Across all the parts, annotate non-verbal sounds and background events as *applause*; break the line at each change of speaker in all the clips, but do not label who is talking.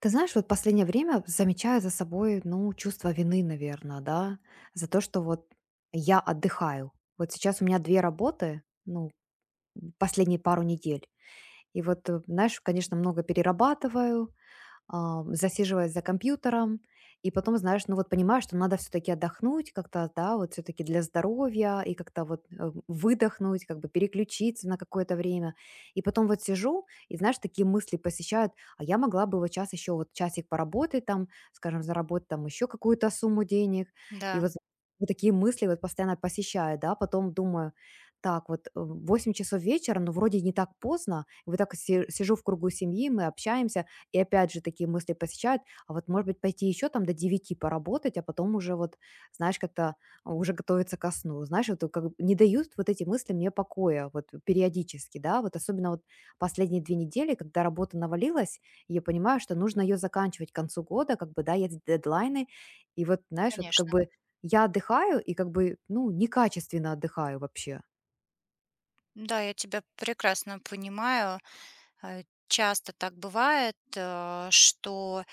Ты знаешь, вот последнее время замечаю за собой, ну, чувство вины, наверное, да, за то, что вот я отдыхаю. Вот сейчас у меня две работы, ну, последние пару недель. И вот, знаешь, конечно, много перерабатываю, засиживаясь за компьютером, и потом, знаешь, ну вот понимаешь, что надо все-таки отдохнуть как-то, да, вот все-таки для здоровья, и как-то вот выдохнуть, как бы переключиться на какое-то время. И потом вот сижу, и знаешь, такие мысли посещают, а я могла бы вот сейчас еще вот часик поработать там, скажем, заработать там еще какую-то сумму денег, и
Да,
вот вот такие мысли вот постоянно посещают, да, потом думаю, так, вот 8 часов вечера, но вроде не так поздно, вот так сижу в кругу семьи, мы общаемся, и опять же такие мысли посещают: а вот, может быть, пойти еще там до 9 поработать, а потом уже вот, знаешь, как-то, уже готовиться ко сну. Знаешь, вот как бы не дают вот эти мысли мне покоя вот периодически, да, вот особенно вот последние 2 недели, когда работа навалилась, и я понимаю, что нужно ее заканчивать к концу года, как бы, да, есть дедлайны. И вот, знаешь, вот как
конечно.
бы я отдыхаю и как бы, ну, некачественно отдыхаю вообще.
Да, я тебя прекрасно понимаю. Э, Часто так бывает, что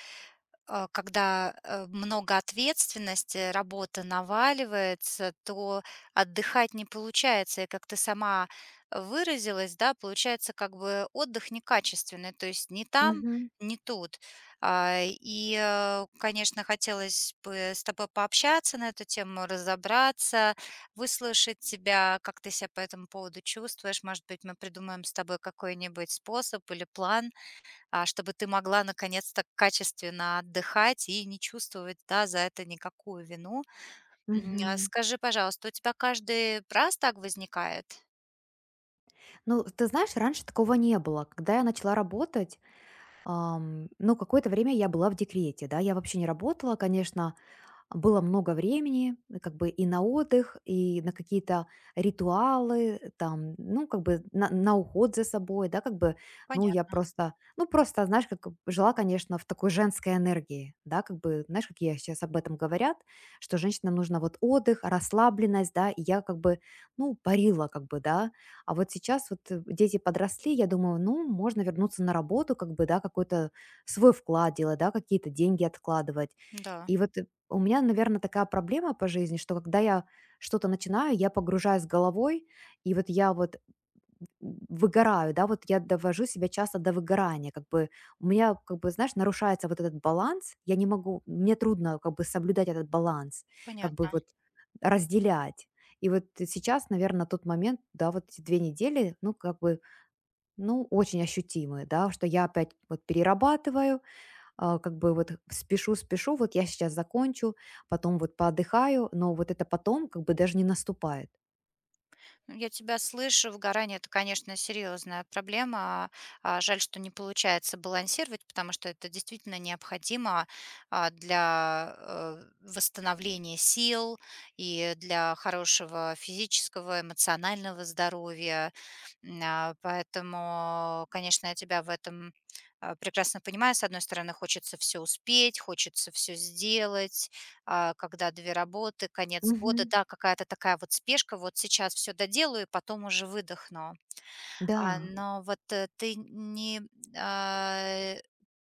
когда, много ответственности, работа наваливается, то отдыхать не получается. И как ты сама выразилась, да, получается как бы отдых некачественный, то есть не там,
Мгм.
не тут. Конечно, хотелось бы с тобой пообщаться на эту тему, разобраться, выслушать тебя, как ты себя по этому поводу чувствуешь. Может быть, мы придумаем с тобой какой-нибудь способ или план, чтобы ты могла наконец-то качественно отдыхать и не чувствовать, да, за это никакую вину. А
Мгм.
скажи, пожалуйста, у тебя каждый раз так возникает?
Ну, ты знаешь, раньше такого не было. Когда я начала работать, ну, какое-то время я была в декрете, да, я вообще не работала, конечно, было много времени, как бы и на отдых, и на какие-то ритуалы, там, ну, как бы на уход за собой, да, как бы, ну, я
Понятно,
просто, ну, просто, знаешь, как жила, конечно, в такой женской энергии, да, как бы, знаешь, как я сейчас об этом говорят, что женщинам нужно вот отдых, расслабленность, да, и я как бы, ну, парила, как бы, да, а вот сейчас вот дети подросли, я думаю, ну, можно вернуться на работу, как бы, да, какой-то свой вклад делать, да, какие-то деньги откладывать.
да,
И вот у меня, наверное, такая проблема по жизни, что когда я что-то начинаю, я погружаюсь головой, и вот я вот выгораю, да, вот я довожу себя часто до выгорания, как бы у меня, как бы, знаешь, нарушается вот этот баланс, я не могу, мне трудно как бы соблюдать этот баланс, как бы
понятно.
вот разделять. И вот сейчас, наверное, тот момент, да, вот эти 2 недели, ну, как бы, ну, очень ощутимые, да, что я опять вот перерабатываю, как бы вот спешу, спешу, вот я сейчас закончу, потом вот поотдыхаю, но вот это потом как бы даже не наступает.
Ну, я тебя слышу. Выгорание — это, конечно, серьезная проблема. Жаль, что не получается балансировать, потому что это действительно необходимо, восстановления сил и для хорошего физического, эмоционального здоровья. Поэтому, конечно, я тебя в этом, прекрасно понимаю. С одной стороны, хочется все успеть, хочется все сделать, когда 2 работы, конец года.
Мгм.
Да, какая-то такая вот спешка, вот сейчас все доделаю, потом уже выдохну.
Да.
Ты не, а,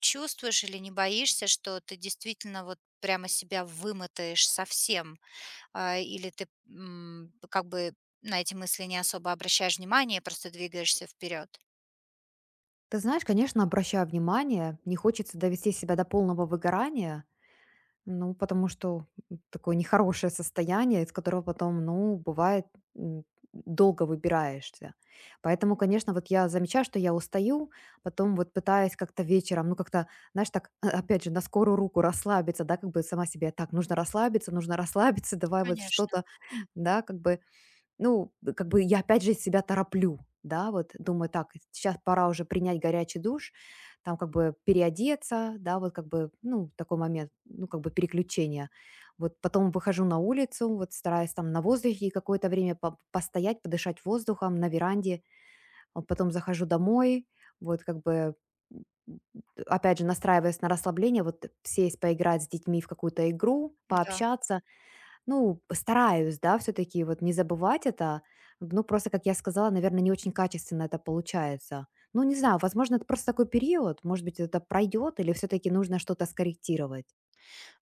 чувствуешь или не боишься, что ты действительно вот прямо себя вымотаешь совсем? Или ты, как бы на эти мысли не особо обращаешь внимание, просто двигаешься вперед?
Ты знаешь, конечно, обращаю внимание, не хочется довести себя до полного выгорания. Ну, потому что такое нехорошее состояние, из которого потом, ну, бывает, м, долго выбираешься. Поэтому, конечно, вот я замечаю, что я устаю, потом вот пытаюсь как-то вечером, ну, как-то, знаешь, так, *laughs* опять же, на скорую руку расслабиться, да, как бы сама себе, так, нужно расслабиться, давай вот
Конечно,
что-то, *laughs* да, как бы ну, как бы я опять же себя тороплю, да, вот думаю, так, сейчас пора уже принять горячий душ, там как бы переодеться, да, вот как бы, ну, такой момент, ну, как бы переключение. Вот потом выхожу на улицу, вот стараюсь там на воздухе какое-то время постоять, подышать воздухом на веранде, а потом захожу домой, вот как бы м, м, опять же настраиваясь на расслабление, вот сесть, поиграть с детьми в какую-то игру,
да.
пообщаться, ну, стараюсь, да, все-таки вот не забывать это. Ну, просто, как я сказала, наверное, не очень качественно это получается. Ну, не знаю, возможно, это просто такой период. Может быть, это пройдет, или все-таки нужно что-то скорректировать.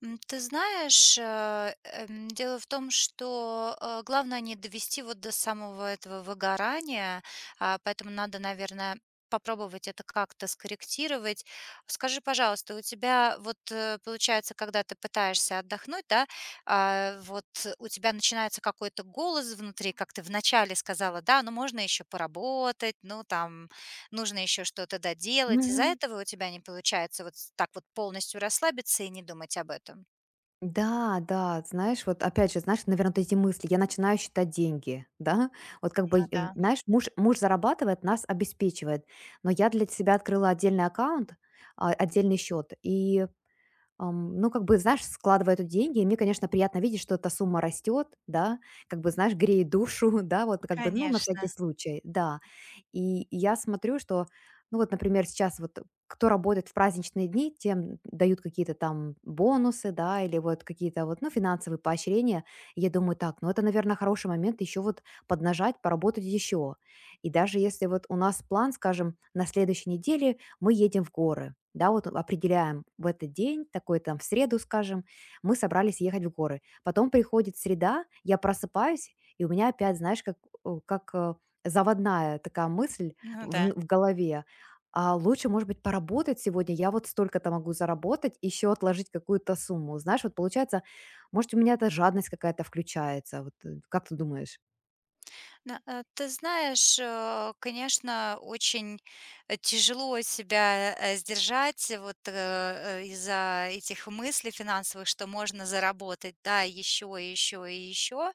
Ты знаешь, дело в том, что, главное не довести вот до самого этого выгорания, поэтому надо, наверное, попробовать это как-то скорректировать. Скажи, пожалуйста, у тебя вот, получается, когда ты пытаешься отдохнуть, да, вот у тебя начинается какой-то голос внутри, как ты вначале сказала, да, ну можно еще поработать, ну там нужно еще что-то доделать. Из-за
Мгм.
этого у тебя не получается вот так вот полностью расслабиться и не думать об этом?
Да, да, знаешь, вот опять же, знаешь, наверное, вот эти мысли, я начинаю считать деньги, *laughs* да, вот как бы,
Да,
знаешь, муж, муж зарабатывает, нас обеспечивает, но я для себя открыла отдельный аккаунт, отдельный счет, и ну, как бы, знаешь, складывая тут деньги, и мне, конечно, приятно видеть, что эта сумма растет, да, как бы, знаешь, греет душу, *laughs* да, вот как бы, ну, на всякий
конечно.
случай, да. И я смотрю, что, ну, вот, например, сейчас вот кто работает в праздничные дни, тем дают какие-то там бонусы, да, или вот какие-то вот, ну, финансовые поощрения. И я думаю, так, ну, это, наверное, хороший момент еще вот поднажать, поработать еще. И даже если вот у нас план, скажем, на следующей неделе мы едем в горы. Да, вот определяем в этот день, такой там в среду, скажем, мы собрались ехать в горы. Потом приходит среда, я просыпаюсь, и у меня опять, знаешь, как, заводная такая мысль
Ну да.
в голове. А лучше, может быть, поработать сегодня, я вот столько-то могу заработать, еще отложить какую-то сумму. Знаешь, вот получается, может, у меня эта жадность какая-то включается. Вот как ты думаешь?
Ты знаешь, конечно, очень, тяжело себя, сдержать из-за этих мыслей финансовых, что можно заработать, да, еще, еще, и еще.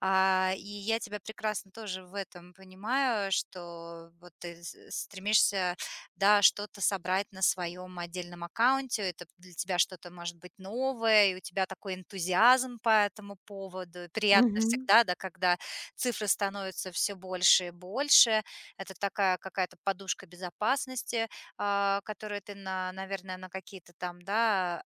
И я тебя прекрасно тоже в этом понимаю, что вот ты стремишься, да, что-то собрать на своем отдельном аккаунте, это для тебя что-то может быть новое, и у тебя такой энтузиазм по этому поводу. Приятно
Мгм.
всегда, да, когда цифры становятся все больше и больше. Это такая какая-то подушка безопасности, которую ты, наверное, на какие-то там, да,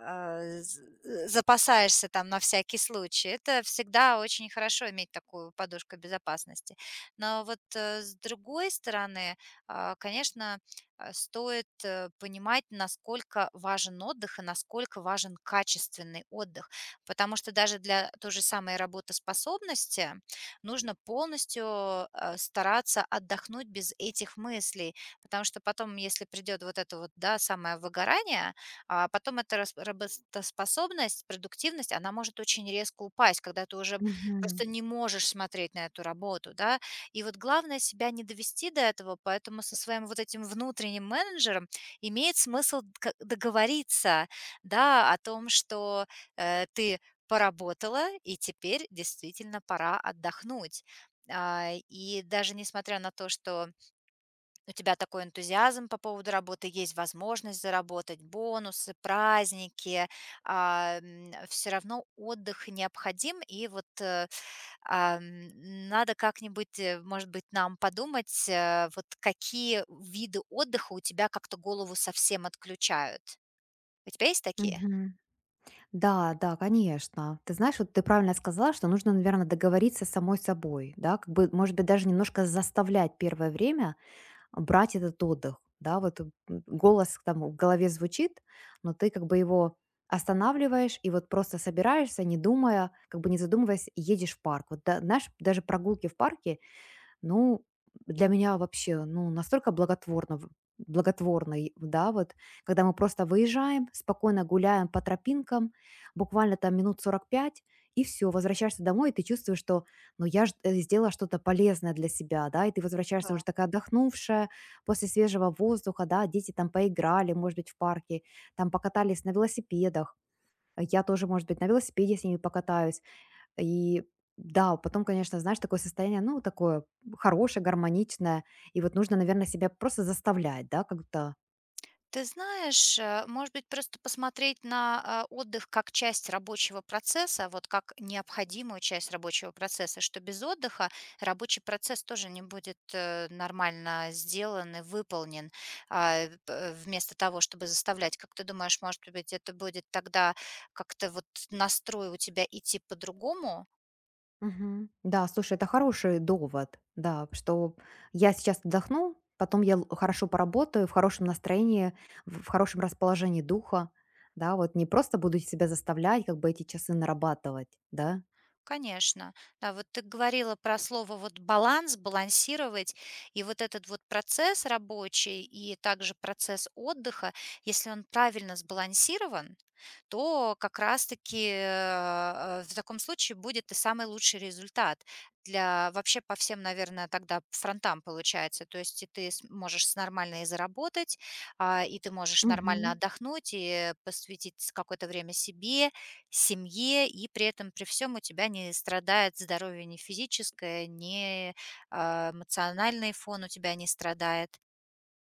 а, з запасаешься там на всякий случай. Это всегда очень хорошо иметь такую подушку безопасности. С другой стороны, конечно, стоит, понимать, насколько важен отдых и насколько важен качественный отдых. Потому что даже для той же самой работоспособности нужно полностью, стараться отдохнуть без этих мыслей. Потому что потом, если придет вот это вот, да, самое выгорание, а потом эта рас работоспособность, продуктивность, она может очень резко упасть, когда ты уже
Мгм.
просто не можешь смотреть на эту работу, да. И вот главное себя не довести до этого, поэтому со своим вот этим внутренним менеджером имеет смысл д договориться, да, о том, что, ты поработала и теперь действительно пора отдохнуть. И даже несмотря на то, что у тебя такой энтузиазм по поводу работы, есть возможность заработать бонусы, праздники, все равно отдых необходим, надо как-нибудь, может быть, нам подумать, вот какие виды отдыха у тебя как-то голову совсем отключают. У тебя есть такие?
Мгм. Да, да, конечно. Ты знаешь, вот ты правильно сказала, что нужно, наверное, договориться с самой собой, да, как бы, может быть, даже немножко заставлять первое время брать этот отдых, да, вот голос там в голове звучит, но ты как бы его останавливаешь и вот просто собираешься, не думая, как бы не задумываясь, и едешь в парк. Вот знаешь, даже прогулки в парке ну, для меня вообще, ну, настолько благотворно, благотворный, да, вот, когда мы просто выезжаем, спокойно гуляем по тропинкам, буквально там минут 45 и все, возвращаешься домой, и ты чувствуешь, что, ну, я ж, сделала что-то полезное для себя, да, и ты возвращаешься
Да.
уже такая отдохнувшая, после свежего воздуха, да, дети там поиграли, может быть, в парке, там покатались на велосипедах, а я тоже, может быть, на велосипеде с ними покатаюсь, и да, потом, конечно, знаешь, такое состояние, ну, такое хорошее, гармоничное. И вот нужно, наверное, себя просто заставлять, да, как-то.
Ты знаешь, может быть, просто посмотреть на отдых как часть рабочего процесса, вот как необходимую часть рабочего процесса, что без отдыха рабочий процесс тоже не будет нормально сделан и выполнен. Вместо того, чтобы заставлять, как ты думаешь, может быть, это будет тогда как-то вот настрой у тебя идти по-другому?
Мгм. Да, слушай, это хороший довод, да, что я сейчас отдохну, потом я хорошо поработаю, в хорошем настроении, в хорошем расположении духа, да, вот не просто буду себя заставлять, как бы эти часы нарабатывать, да.
Конечно. Да, вот ты говорила про слово вот баланс, балансировать, и вот этот вот процесс рабочий и также процесс отдыха, если он правильно сбалансирован, то как раз-таки в таком случае будет и самый лучший результат для вообще по всем, наверное, тогда фронтам получается. То есть и ты можешь нормально и заработать, и ты можешь нормально
Мгм.
отдохнуть и посвятить какое-то время себе, семье, и при этом при всем у тебя не страдает здоровье ни физическое, ни, эмоциональный фон у тебя не страдает.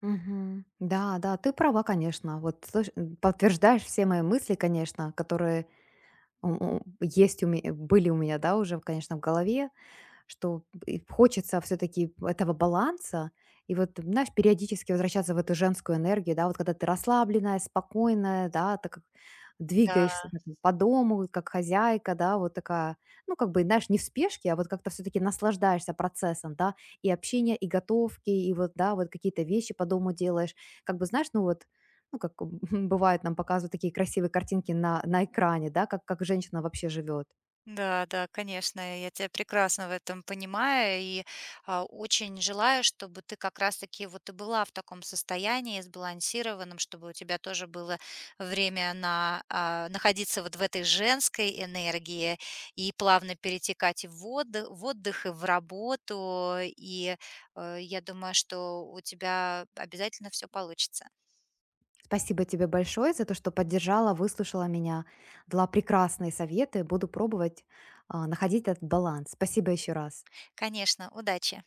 Мгм. Да, да, ты права, конечно. Вот подтверждаешь все мои мысли, конечно, которые у есть у меня, были у меня, да, уже, конечно, в голове, что и хочется все-таки этого баланса. И вот, знаешь, периодически возвращаться в эту женскую энергию, да, вот когда ты расслабленная, спокойная, да, так как двигаешься
Да.
вот так по дому, как хозяйка, да, вот такая, ну, как бы, знаешь, не в спешке, а вот как-то все-таки наслаждаешься процессом, да, и общения, и готовки, и вот, да, вот какие-то вещи по дому делаешь, как бы, знаешь, ну, вот, ну, как *laughs* бывает, нам показывают такие красивые картинки на экране, да, как женщина вообще живет.
Да, да, конечно, я тебя прекрасно в этом понимаю и очень желаю, чтобы ты как раз-таки вот и была в таком состоянии сбалансированном, чтобы у тебя тоже было время на находиться вот в этой женской энергии и плавно перетекать и в отдых и в работу. Я думаю, что у тебя обязательно все получится.
Спасибо тебе большое за то, что поддержала, выслушала меня, дала прекрасные советы. Буду пробовать находить этот баланс. Спасибо еще раз.
Конечно, удачи.